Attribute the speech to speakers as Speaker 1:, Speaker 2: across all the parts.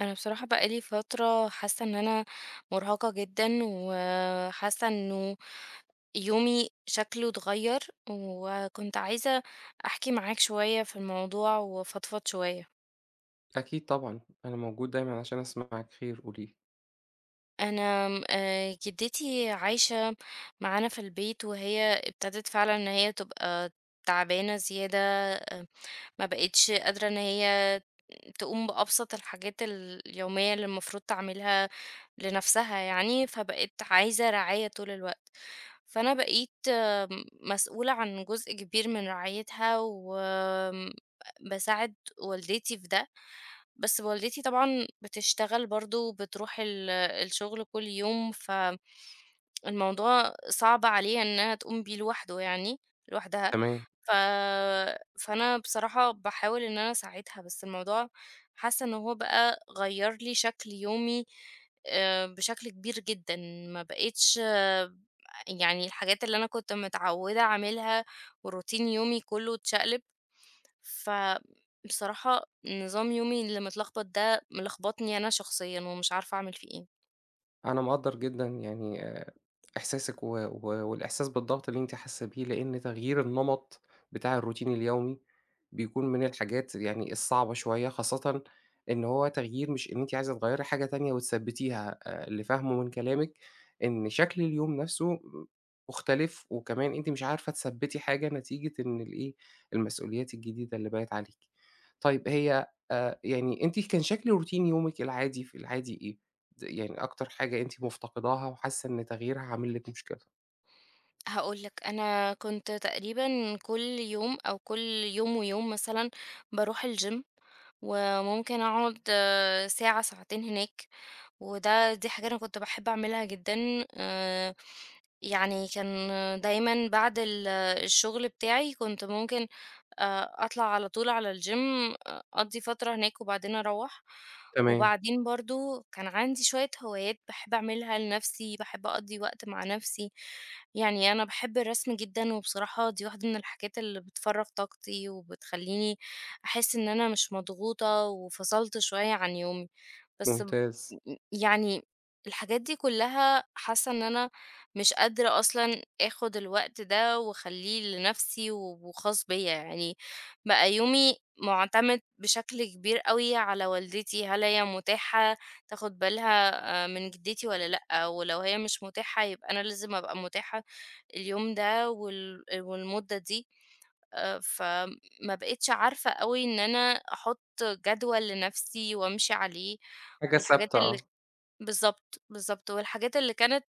Speaker 1: انا بصراحة بقالي فترة حاسة ان انا مرهقة جدا وحاسة انه يومي شكله اتغير وكنت عايزة احكي معاك شوية في الموضوع وفضفض شوية.
Speaker 2: أكيد طبعًا، أنا موجود دايمًا عشان أسمعِك خير قولي لي.
Speaker 1: انا م- آه، جدتي عايشة معانا في البيت، وهي ابتدت فعلا ان هي تبقى تعبانة زيادة، ما بقتش قادرة إن هي تقوم بأبسط الحاجات اليومية اللي المفروض تعملها لنفسها يعني، فبقت عايزة رعاية طول الوقت. فأنا بقيت مسؤولة عن جزء كبير من رعايتها وآمم، باساعد والدتي في ده، بس والدتي طبعًا بتشتغل برضه، بتروح الشغل كل يوم، فالموضوع صعب عليها إنها تقوم بيه لوحده يعني لوحدها.
Speaker 2: تمام،
Speaker 1: ف فأنا بصراحة باحاول إن أنا أساعدها، بس الموضوع حاسة إن هو بقى غيّر لي شكل يومي بشكل كبير جدًا، ما بقيتش آه، يعني الحاجات اللي أنا كنت متعودة أعملها وروتين يومي كلّه اتشقلب، فبصراحة نظام يومي اللي متلخبط ده ملخبطني أنا شخصيًا ومش عارفة أعمل فيه إيه.
Speaker 2: أنا مقدّر جدًا إحساسِك و والإحساس بالضغط اللي أنتِ حاسة بيه، لإن تغيير النمط بتاع الروتين اليومي بيكون من الحاجات يعني الصعبة شوية، خاصةً إن هو تغيير مش إن أنتِ عايزة تغيّري حاجة تانية وتثبّتيها، اللي فاهمه من كلامِك إن شكل اليوم نفسه مختلف، وكمان أنتِ مش عارفة تثبّتي حاجة نتيجة إن الإيه، المسؤوليات الجديدة اللي بقت عليكِ. طيب هي يعني أنتِ كان شكل روتين يومِك العادي في العادي إيه؟ يعني أكتر حاجة أنتِ مفتقداها وحاسة إن تغييرها عامل لِك مشكلة.
Speaker 1: هاقول لك، أنا كنت تقريبًا كل يوم أو كل يوم ويوم مثلًا باروح الgym وممكن أقعد ساعة، ساعتين هناك. دي حاجة أنا كنت باحب أعملها جدًا، آآ، يعني كان دايمًا بعد الشغل بتاعي كنت ممكن أطلع على طول على الgym أقضي فترة هناك وبعدين أروّح.
Speaker 2: تمام،
Speaker 1: وبعدين برضه كان عندي شوية هوايات باحب أعملها لنفسي، باحب أقضي وقت مع نفسي، يعني أنا باحب الرسم جدًا، وبصراحة دي واحدة من الحاجات اللي بتفرّغ طاقتي وبتخلّيني أحس إن أنا مش مضغوطة وفصلت شوية عن يومي. بس م-
Speaker 2: ممتاز.
Speaker 1: يعني الحاجات دي كلها حاسة ان انا مش قادرة اصلا اخد الوقت ده واخليه لنفسي و- وخاص بيا يعني. بقى يومي معتمد بشكل كبير قوي على والدتي، هل هي متاحة تاخد بالها من جدتي ولا لأ، ولو هي مش متاحة يبقى انا لازم ابقى متاحة اليوم ده وال- والمدة دي. فما بقتش عارفة قوي ان انا احط جدول لنفسي وامشي عليه،
Speaker 2: حاجة
Speaker 1: والحاجات
Speaker 2: ثابتة
Speaker 1: اللي
Speaker 2: آه،
Speaker 1: بالضبط، بالضبط، والحاجات اللي كانت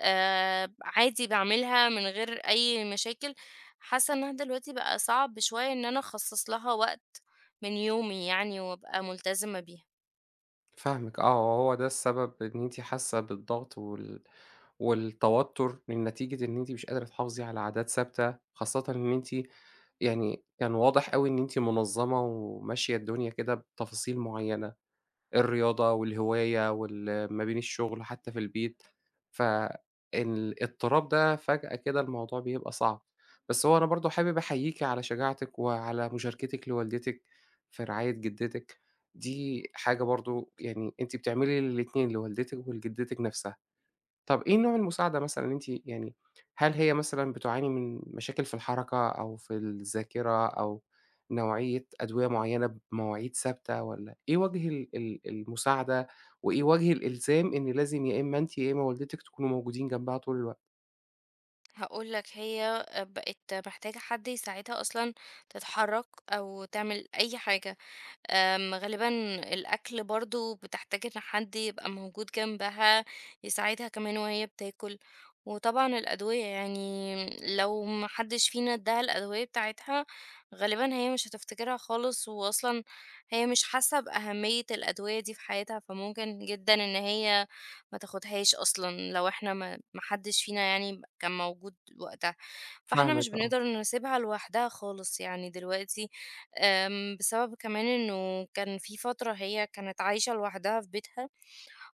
Speaker 1: آآ عادي باعملها من غير أي مشاكل، حاسة إنها دلوقتي بقى صعب شوية إن أنا أخصص لها وقت من يومي يعني وأبقى ملتزمة بيها.
Speaker 2: فاهمِك آه، هو ده السبب إن أنتِ حاسة بالضغط وال والتوتر من نتيجة إن أنتِ مش قادرة تحافظي على عادات ثابتة، خاصةً إن أنتِ يعني كان واضح أوي إن أنتِ منظمة وماشية الدنيا كده بتفاصيل معينة. الرياضة والهواية ما بين الشغل حتى في البيت، فالاضطراب ده فجأة كده الموضوع بيبقى صعب. بس هو أنا برضه حابب أحييكِ على شجاعتِك وعلى مشاركتِك لوالدتِك في رعاية جدتِك، دي حاجة برضه يعني أنتِ بتعملي الاتنين لوالدتِك ولجدتِك نفسها. طَب إيه نوع المساعدة مثلًا اللي أنتِ يعني هل هي مثلًا بتعاني من مشاكل في الحركة أو في الذاكرة أو نوعية أدوية معيّنة بمواعيد ثابتة والّا إيه وجه ال المساعدة وإيه وجه الإلزام إن لازم يا إمّا أنتِ يا إمّا والدتِك تكونوا موجودين جنبها طول الوقت؟
Speaker 1: هاقول لك، هي بقت محتاجة حد يساعدها أصلًا تتحرك أو تعمل أي حاجة. غالبًا الأكل برضه بتحتاج إن حد يبقى موجود جنبها يساعدها كمان وهي بتاكل، وطبعًا الأدوية يعني لو ما حدش فينا ادّاها الأدوية بتاعتها غالبًا هي مش هتفتكرها خالص، وأصلًا هي مش حاسة بأهمية الأدوية دي في حياتها، فممكن جدًا إن هي ما تاخدهاش أصلًا لو إحنا ما حدش فينا يعني كان موجود وقتها. فإحنا مش
Speaker 2: فاهمِك آه،
Speaker 1: بنقدر نسيبها لوحدها خالص يعني دلوقتي، بسبب كمان إنه كان في فترة هي كانت عايشة لوحدها في بيتها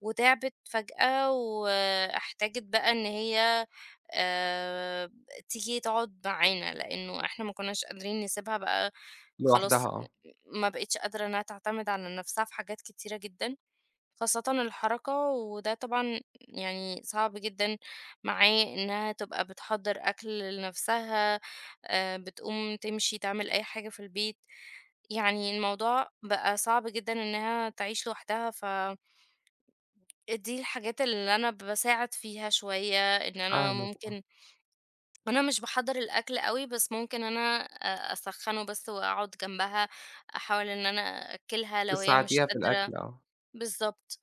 Speaker 1: وتِعبِت فجأة واحتاجت بقى إن هي آآ، تيجي تقعد معانا، لإنه إحنا ما كناش قادرين نسيبها بقى خلاص.
Speaker 2: لوحدها آه،
Speaker 1: ما بقتش قادرة إنها تعتمد على نفسها في حاجات كتيرة جدًا، خاصةً الحركة، وده طبعًا يعني صعب جدًا معاه إنها تبقى بتحضّر أكل لنفسها، بتقوم تمشي تعمل أي حاجة في البيت، يعني الموضوع بقى صعب جدًا إنها تعيش لوحدها، فدي الحاجات اللي أنا باساعد فيها شوية، إن أنا
Speaker 2: فاهمِك آه،
Speaker 1: ممكن، أنا مش باحضّر الأكل أوي، بس ممكن أنا أ أسخّنه بس وأقعد جنبها، أحاول إن أنا أأكّلها لو هي مش
Speaker 2: بتساعديها في
Speaker 1: قادرة.
Speaker 2: الأكل آه،
Speaker 1: بالضبط.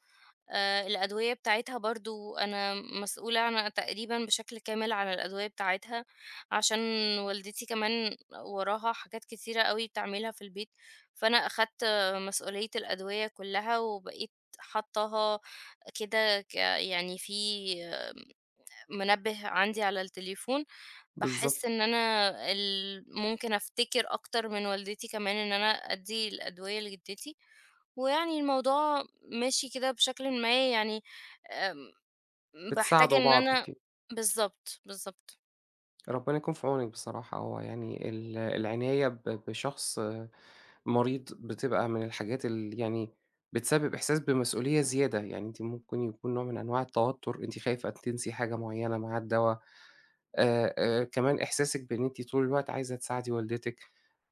Speaker 1: الأدوية بتاعتها برضه أنا مسؤولة عن تقريبًا بشكل كامل عن الأدوية بتاعتها، عشان والدتي كمان وراها حاجات كتيرة أوي بتعملها في البيت، فأنا أخدت مسؤولية الأدوية كلّها وبقيت حاطاها كده يعني في آه، منبه عندي على التليفون، باحس
Speaker 2: بالضبط،
Speaker 1: إن أنا ممكن أفتكر أكتر من والدتي كمان إن أنا أدّي الأدوية لجدتي. ويعني الموضوع ماشي كده بشكلٍ ما يعني، آمم، باحتاج
Speaker 2: بتساعدوا
Speaker 1: إن
Speaker 2: بعض
Speaker 1: أنا،
Speaker 2: فيه،
Speaker 1: بالضبط، بالضبط.
Speaker 2: ربنا يكون في عونِك بصراحة، هو يعني العناية بشخص مريض بتبقى من الحاجات اللي يعني بتسبب إحساس بمسؤولية زيادة، يعني أنتِ ممكن يكون نوع من أنواع التوتر، أنتِ خايفة تنسي حاجة معيّنة مع الدوا، كمان إحساسِك بإن أنتِ طول الوقت عايزة تساعدي والدتِك،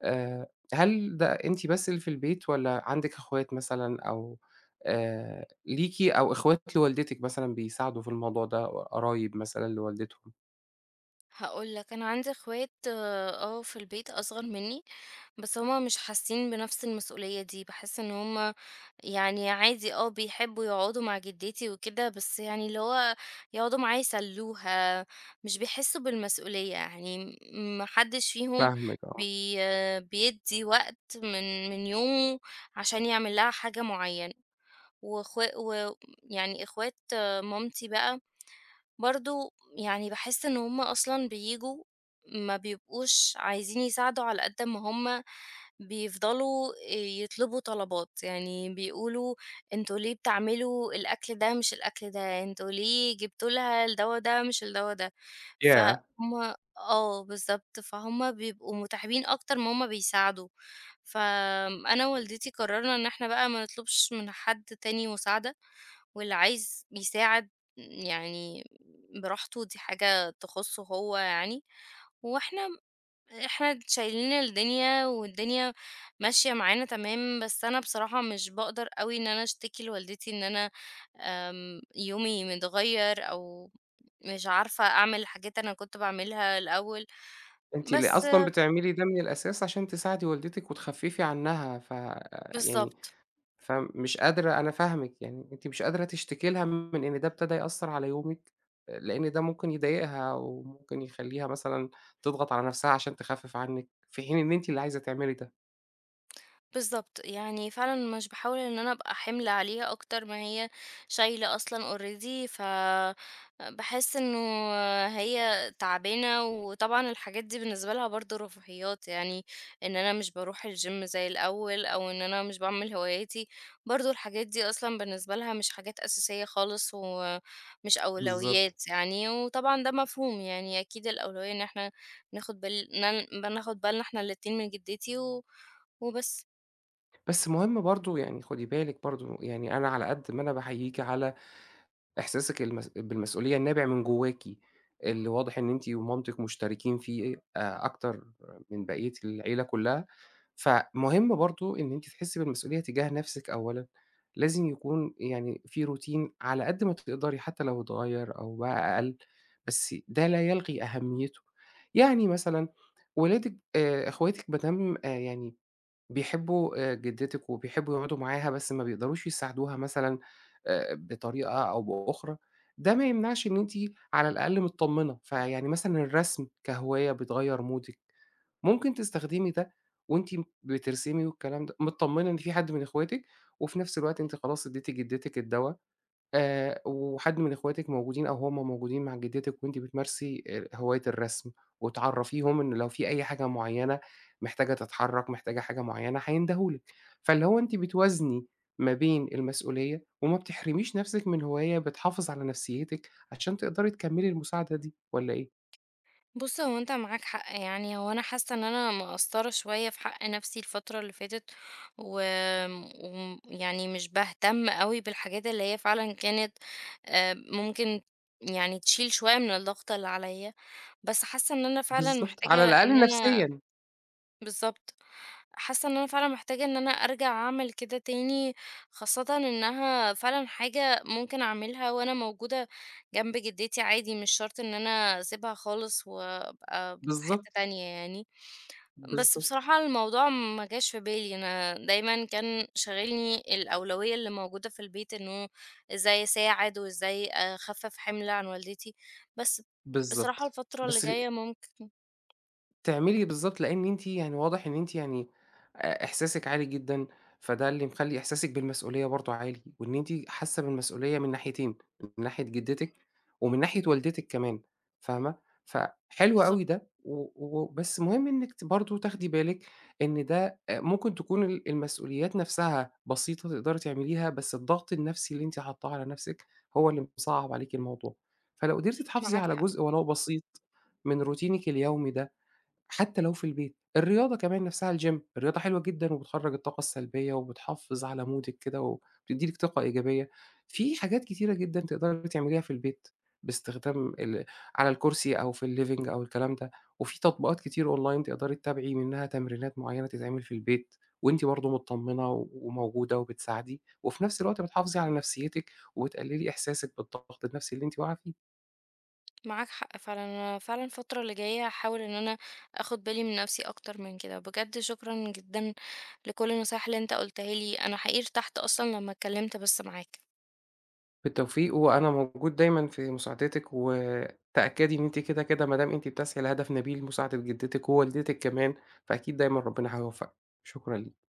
Speaker 2: آآ، هل ده أنتِ بس اللي في البيت والّا عندِك أخوات مثلًا أو ليكِ أو أخوات لوالدتِك مثلًا بيساعدوا في الموضوع ده، قرايب مثلًا لوالدتهم؟
Speaker 1: هاقول لك، أنا عندي أخوات في البيت أصغر منّي، بس هُم مش حاسين بنفس المسؤولية دي، باحس إن هُم يعني عادي بيحبوا يقعدوا مع جدتي وكده، بس يعني اللي هو يقعدوا معايا يسلّوها، مش بيحسوا بالمسؤولية، يعني ما حدش فيهم
Speaker 2: فاهمِك آه،
Speaker 1: بي آه، بيدّي وقت من يومه عشان يعمل لها حاجة معيّنة. ويعني إخوات مامتي بقى برضه، يعني باحس إن هُم أصلًا بييجوا ما بيبقوش عايزين يساعدوا على قد ما هُم بيفضلوا يطلبوا طلبات، يعني بيقولوا: "أنتم ليه بتعملوا الأكل ده مش الأكل ده، أنتم ليه جبتوا لها الدوا ده مش الدوا ده؟"
Speaker 2: ياه!
Speaker 1: فهُم آه بالضبط، فهُم بيبقوا متعبين أكتر ما هُم بيساعدوا. فآمم أنا ووالدتي قررنا إن إحنا بقى ما نطلبش من حد تاني مساعدة، واللي عايز يساعد يعني براحته، دي حاجة تخصه هو يعني. واحنا احنا شايلين الدنيا والدنيا ماشية معانا تمام، بس انا بصراحة مش بقدر قوي ان انا اشتكي لوالدتي ان انا يومي متغير او مش عارفة اعمل حاجات انا كنت بعملها الاول.
Speaker 2: أنتِ اللي
Speaker 1: بس
Speaker 2: أصلًا بتعملي ده من الأساس عشان تساعدي والدتِك وتخفّفي عنها، ف يعني
Speaker 1: بالظبط،
Speaker 2: فمش قادرة أنا فاهمِك، يعني أنتِ مش قادرة تشتكي لها من إن ده ابتدى يأثّر على يومِك، لإن ده ممكن يضايقها وممكن يخلّيها مثلًا تضغط على نَفْسها عشان تخفِّف عنِّك، في حين إن أنتِ اللي عايزة تعملي ده.
Speaker 1: بالضبط، يعني فعلًا مش باحاول إن أنا أبقى حِمل عليها أكتر ما هي شايلة أصلًا already. باحس إنه هي تعبانة، وطبعًا الحاجات دي بالنسبة لها برضه رفاهيات، يعني إن أنا مش باروح الgym زي الأول، أو إن أنا مش باعمل هواياتي، برضه الحاجات دي أصلًا بالنسبة لها مش حاجات أساسية خالص، ومش
Speaker 2: بالضبط.
Speaker 1: أولويات يعني، وطبعًا ده مفهوم يعني، أكيد الأولوية إن إحنا ناخد بالنا بناخد بالنا إحنا الاتنين من جدتي و وبس.
Speaker 2: بس مهم برضه يعني خُدي بالِك برضه، يعني أنا على قد ما أنا باحييكِ على إحساسِك بالمسؤولية النابع من جواكِ، اللي واضح إن أنتِ ومامتِك مشتركين فيه أكتر من بقية العيلة كلّها، فمهم برضه إن أنتِ تحسّي بالمسؤولية تجاه نَفْسِك أولًا، لازم يكون يعني في روتين على قد ما تقدري حتى لو اتغيّر أو بقى أقل، بس ده لا يلغي أهميته، يعني مثلًا ولادِك إخواتِك ما دام يعني بيحبوا جدتِك وبيحبوا يقعدوا معاها، بس ما بيقدروش يساعدوها مثلًا بطريقة أو بأخرى، ده ما يمنعش إن أنتِ على الأقل متطمنة، فيعني مثلًا الرسم كهواية بتغيّر مودِك، ممكن تستخدمي ده وأنتِ بترسمي والكلام ده، متطمنة إن في حد من إخواتِك، وفي نفس الوقت أنتِ خلاص اديتِ جدتِك الدوا وحد من إخواتِك موجودين أو هُم موجودين مع جدتِك وأنتِ بتمارسي هواية الرسم، وتعرّفيهم إن لو في أي حاجة معيّنة محتاجة تتحرّك، محتاجة حاجة معيّنة هيندهوا لِك، فاللي هو أنتِ بتوازني ما بين المسؤولية، وما بتحرميش نَفْسِك من هواية بتحافظ على نفسيتِك عشان تقدري تكمّلي المساعدة دي والّا إيه؟
Speaker 1: بص هو انت معاك حق، يعني هو انا حاسه ان انا مقصره شويه في حق نفسي الفتره اللي فاتت، و... يعني مش بهتم قوي بالحاجات اللي هي فعلا كانت ممكن يعني تشيل شويه من الضغط اللي عليا، بس حاسه ان انا فعلا
Speaker 2: بالضبط،
Speaker 1: محتاجه
Speaker 2: على
Speaker 1: ان
Speaker 2: الأقل
Speaker 1: انا،
Speaker 2: نفسيًا،
Speaker 1: بالظبط، حاسة إن أنا فعلًا محتاجة إن أنا أرجع أعمل كده تاني، خاصةً إنها فعلًا حاجة ممكن أعملها وأنا موجودة جنب جدتي عادي، مش شرط إن أنا أسيبها خالص وأبقى في حتة
Speaker 2: بالضبط،
Speaker 1: تانية يعني. بس
Speaker 2: بالضبط،
Speaker 1: بصراحة الموضوع ما جاش في بالي، أنا دايمًا كان شاغلني الأولوية اللي موجودة في البيت، إنه إزاي أساعد وإزاي أخفف حمل عن والدتي، بس بصراحة
Speaker 2: بالضبط،
Speaker 1: الفترة اللي
Speaker 2: بس
Speaker 1: جاية ممكن،
Speaker 2: تعملي بالضبط، لإن أنتِ يعني واضح إن أنتِ يعني إحساسِك عالي جدًا، فده اللي مخلّي إحساسِك بالمسؤولية برضه عالي، وإن أنتِ حاسة بالمسؤولية من ناحيتين، من ناحية جدتِك ومن ناحية والدتِك كمان، فاهمة؟ فحلو أوي
Speaker 1: بالضبط،
Speaker 2: ده، وبس مهم إنِّك برضه تاخدي بالِك إن ده ممكن تكون المسؤوليات نفسها بسيطة تقدري تعمليها، بس الضغط النفسي اللي أنتِ حاطاه على نفسِك هو اللي مصعّب عليكِ الموضوع، فلو قدرتِ تحافظي
Speaker 1: معاك
Speaker 2: على
Speaker 1: حق.
Speaker 2: جزء ولو بسيط من روتينِك اليومي ده حتى لو في البيت. الرياضة كمان نفسها الgym الرياضة حلوة جدًا وبتخرّج الطاقة السلبية وبتحافظ على مودِك كده وبتدّي لِك طاقة إيجابية. في حاجات كتيرة جدًا تقدري تعمليها في البيت باستخدام على الكرسي أو في الliving أو الكلام ده، وفي تطبيقات كتير online تقدري تتابعي منها تمرينات معيّنة تتعمل في البيت وأنتِ برضه متطمنة وموجودة وبتساعدي، وفي نفس الوقت بتحافظي على نفسيتِك وبتقللي إحساسِك بالضغط النفسي اللي أنتِ واقعة فيه.
Speaker 1: معاك حق فعلا، انا فعلا الفترة اللي جاية هحاول ان انا اخد بالي من نفسي اكتر من كده، بجد شكرا جدا لكل النصايح اللي انت قلتها لي، انا حقيقي ارتحت اصلا لما اتكلمت بس معاك.
Speaker 2: بالتوفيق، وأنا موجود دايمًا في مساعدتِك، وتأكدي إن أنتِ كده، كده ما دام أنتِ بتسعي لهدف نبيل مساعدة جدتِك ووالدتِك كمان، فأكيد دايمًا ربنا هيوفقِك. شكرًا ليكِ.